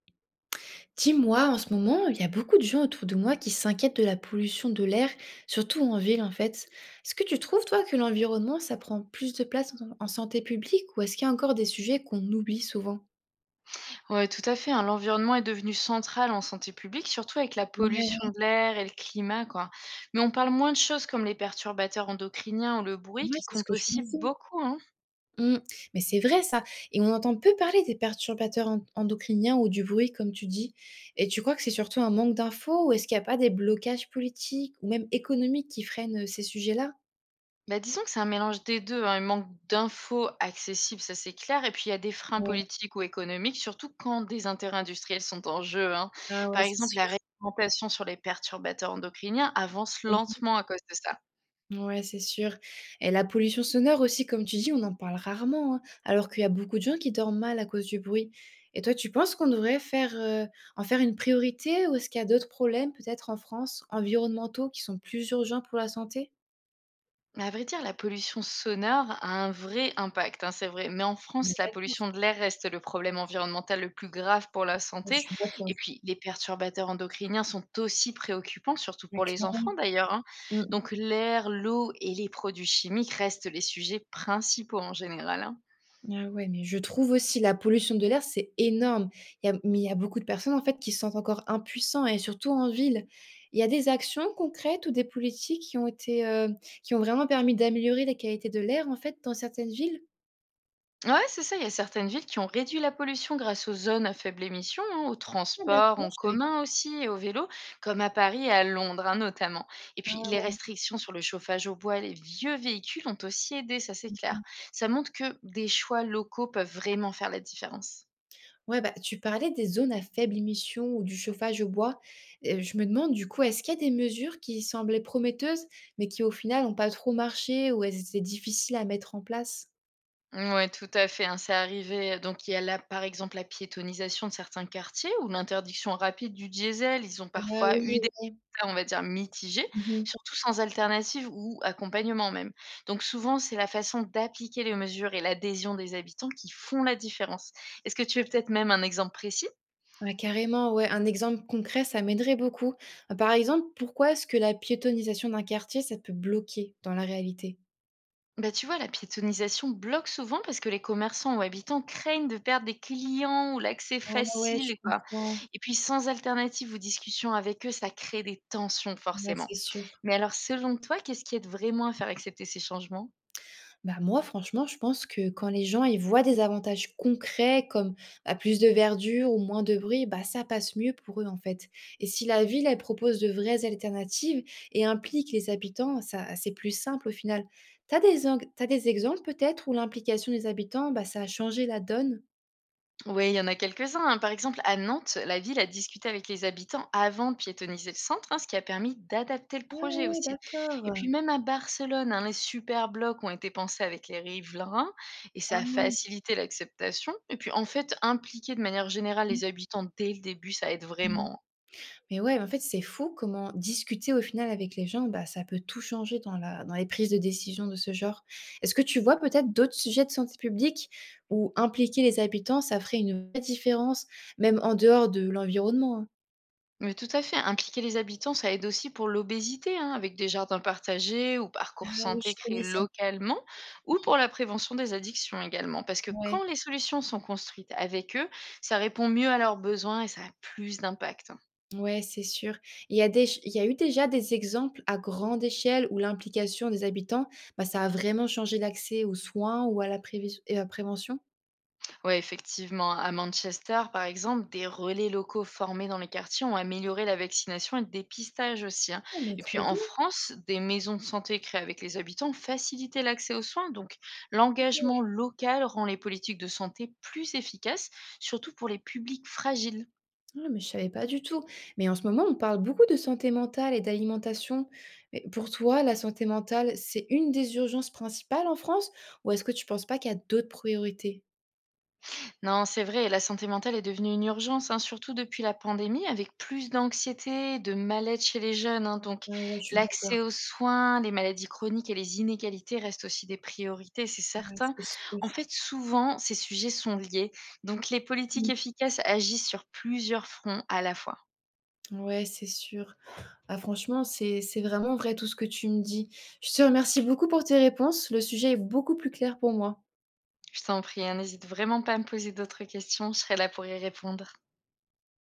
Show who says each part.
Speaker 1: Dis-moi, en ce moment, il y a beaucoup de gens autour de moi qui s'inquiètent de la pollution de l'air, surtout en ville en fait. Est-ce que tu trouves, toi, que l'environnement, ça prend plus de place en santé publique ou est-ce qu'il y a encore des sujets qu'on oublie souvent?
Speaker 2: Ouais, tout à fait, hein. L'environnement est devenu central en santé publique, surtout avec la
Speaker 1: Ouais, ouais,
Speaker 2: pollution de l'air et le climat, quoi. Mais on parle moins de choses comme les perturbateurs endocriniens ou le bruit
Speaker 1: ouais,
Speaker 2: qui
Speaker 1: c'est ce
Speaker 2: comptent
Speaker 1: que je me
Speaker 2: aussi
Speaker 1: dis.
Speaker 2: beaucoup, hein.
Speaker 1: Mmh, mais c'est vrai ça. Et on entend peu parler des perturbateurs endocriniens ou du bruit, comme tu dis. Et tu crois que c'est surtout un manque d'infos ou est-ce qu'il n'y a pas des blocages politiques ou même économiques qui freinent ces sujets-là?
Speaker 2: Bah, disons que c'est un mélange des deux, hein. Il manque d'infos accessibles, ça c'est clair. Et puis il y a des freins
Speaker 1: Ouais,
Speaker 2: politiques ou économiques, surtout quand des intérêts industriels sont en jeu, hein.
Speaker 1: ah ouais,
Speaker 2: Par
Speaker 1: c'est
Speaker 2: exemple, la
Speaker 1: sûr.
Speaker 2: réglementation sur les perturbateurs endocriniens avance lentement à cause de ça.
Speaker 1: Ouais, c'est sûr. Et la pollution sonore aussi, comme tu dis, on en parle rarement, hein, alors qu'il y a beaucoup de gens qui dorment mal à cause du bruit. Et toi, tu penses qu'on devrait en faire une priorité ou est-ce qu'il y a d'autres problèmes, peut-être en France, environnementaux, qui sont plus urgents pour la santé?
Speaker 2: Mais à vrai dire, la pollution sonore a un vrai impact, hein, c'est vrai. Mais en
Speaker 1: Mais
Speaker 2: France, la
Speaker 1: d'accord, je
Speaker 2: pollution de l'air reste le problème environnemental le plus grave pour la santé.
Speaker 1: suis d'accord.
Speaker 2: Et puis, les perturbateurs endocriniens sont aussi préoccupants, surtout
Speaker 1: Ouais,
Speaker 2: pour les
Speaker 1: clairement.
Speaker 2: enfants d'ailleurs, hein. Donc, l'air, l'eau et les produits chimiques restent les sujets principaux en général, hein.
Speaker 1: Ah ouais, mais je trouve aussi la pollution de l'air, c'est énorme. Il y a beaucoup de personnes, en fait, qui se sentent encore impuissants et surtout en ville. Il y a des actions concrètes ou des politiques qui qui ont vraiment permis d'améliorer la qualité de l'air, en fait, dans certaines villes?
Speaker 2: Ouais, c'est ça, il y a certaines villes qui ont réduit la pollution grâce aux zones à faible émission, hein, aux
Speaker 1: Ah
Speaker 2: transports
Speaker 1: d'accord,
Speaker 2: en
Speaker 1: je savais
Speaker 2: commun aussi et au vélo, comme à Paris et à Londres, hein, notamment. Et puis les
Speaker 1: pas.
Speaker 2: restrictions sur le chauffage au bois et les vieux véhicules ont aussi aidé, ça c'est clair. Ça montre que des choix locaux peuvent vraiment faire la différence.
Speaker 1: Ouais, bah, tu parlais des zones à faible émission ou du chauffage au bois. Je me demande, du coup, est-ce qu'il y a des mesures qui semblaient prometteuses, mais qui, au final, n'ont pas trop marché ou elles étaient difficiles à mettre en place?
Speaker 2: Ouais, tout à fait, hein, c'est arrivé. Donc, il y a là, par exemple, la piétonisation de certains quartiers ou l'interdiction rapide du diesel. Ils ont
Speaker 1: Ah
Speaker 2: parfois
Speaker 1: oui,
Speaker 2: eu des
Speaker 1: ouais.
Speaker 2: résultats, on va dire, mitigés,
Speaker 1: Mmh.
Speaker 2: surtout sans alternative ou accompagnement même. Donc, souvent, c'est la façon d'appliquer les mesures et l'adhésion des habitants qui font la différence. Est-ce que tu veux peut-être même un exemple précis?
Speaker 1: Ouais, carrément, ouais, un exemple concret, ça m'aiderait beaucoup. Par exemple, pourquoi est-ce que la piétonisation d'un quartier, ça peut bloquer dans la réalité?
Speaker 2: Bah, tu vois, la piétonisation bloque souvent parce que les commerçants ou habitants craignent de perdre des clients ou l'accès
Speaker 1: Ah ouais, je
Speaker 2: facile, quoi.
Speaker 1: comprends.
Speaker 2: Et puis, sans alternative ou discussion avec eux, ça crée des tensions,
Speaker 1: Ouais,
Speaker 2: forcément.
Speaker 1: c'est sûr.
Speaker 2: Mais alors, selon toi, qu'est-ce qui aide vraiment à faire accepter ces changements?
Speaker 1: Bah, moi, franchement, je pense que quand les gens, ils voient des avantages concrets comme, bah, plus de verdure ou moins de bruit, bah, ça passe mieux pour eux, en fait. Et si la ville, elle propose de vraies alternatives et implique les habitants, ça c'est plus simple au final. T'as des enc tu des exemples peut-être où l'implication des habitants, bah, ça a changé la donne?
Speaker 2: Oui, il y en a quelques-uns, hein. Par exemple, à Nantes, la ville a discuté avec les habitants avant de piétoniser le centre, hein, ce qui a permis d'adapter le
Speaker 1: Ah
Speaker 2: projet
Speaker 1: ouais,
Speaker 2: aussi. Et
Speaker 1: d'accord.
Speaker 2: puis même à Barcelone, hein, les super blocs ont été pensés avec les riverains et ça
Speaker 1: Ah,
Speaker 2: a
Speaker 1: mmh,
Speaker 2: facilité l'acceptation. Et puis en fait, impliquer de manière générale les habitants dès le début, ça aide
Speaker 1: mh.
Speaker 2: vraiment, hein.
Speaker 1: Mais ouais, en fait, c'est fou comment discuter au final avec les gens, bah, ça peut tout changer dans les prises de décision de ce genre. Est-ce que tu vois peut-être d'autres sujets de santé publique où impliquer les habitants, ça ferait une vraie différence, même en dehors de l'environnement, hein?
Speaker 2: Mais tout à fait, impliquer les habitants, ça aide aussi pour l'obésité, hein, avec des jardins partagés ou parcours
Speaker 1: Ah oui, je
Speaker 2: santé créés
Speaker 1: connais ça.
Speaker 2: localement, ou pour la prévention des addictions également. Parce que
Speaker 1: Ouais,
Speaker 2: quand les solutions sont construites avec eux, ça répond mieux à leurs besoins et ça a plus d'impact.
Speaker 1: ouais, c'est sûr. Il y a eu déjà des exemples à grande échelle où l'implication des habitants, bah, ça a vraiment changé l'accès aux soins ou à la prévis et à la prévention?
Speaker 2: Ouais, effectivement, à Manchester, par exemple, des relais locaux formés dans les quartiers ont amélioré la vaccination et le dépistage aussi, hein.
Speaker 1: Ah mais
Speaker 2: Et puis
Speaker 1: trop
Speaker 2: en
Speaker 1: bien!
Speaker 2: France, des maisons de santé créées avec les habitants ont facilité l'accès aux soins. Donc l'engagement local rend les politiques de santé plus efficaces, surtout pour les publics fragiles.
Speaker 1: Ah, mais je savais pas du tout. Mais en ce moment, on parle beaucoup de santé mentale et d'alimentation. Mais pour toi, la santé mentale, c'est une des urgences principales en France? Ou est-ce que tu penses pas qu'il y a d'autres priorités?
Speaker 2: Non, c'est vrai, la santé mentale est devenue une urgence, hein, surtout depuis la pandémie, avec plus d'anxiété, de mal-être chez les jeunes, hein. Donc,
Speaker 1: Ah ouais, je suis d'accord.
Speaker 2: l'accès aux soins, les maladies chroniques et les inégalités restent aussi des priorités, c'est
Speaker 1: Ouais,
Speaker 2: certain.
Speaker 1: c'est sûr.
Speaker 2: En fait, souvent, ces sujets sont liés. Donc, les politiques
Speaker 1: Mmh.
Speaker 2: efficaces agissent sur plusieurs fronts à la fois.
Speaker 1: Ouais, c'est sûr. Ah franchement, c'est vraiment vrai tout ce que tu me dis. Je te remercie beaucoup pour tes réponses. Le sujet est beaucoup plus clair pour moi.
Speaker 2: Je t'en prie, hein, n'hésite vraiment pas à me poser d'autres questions, je serai là pour y répondre.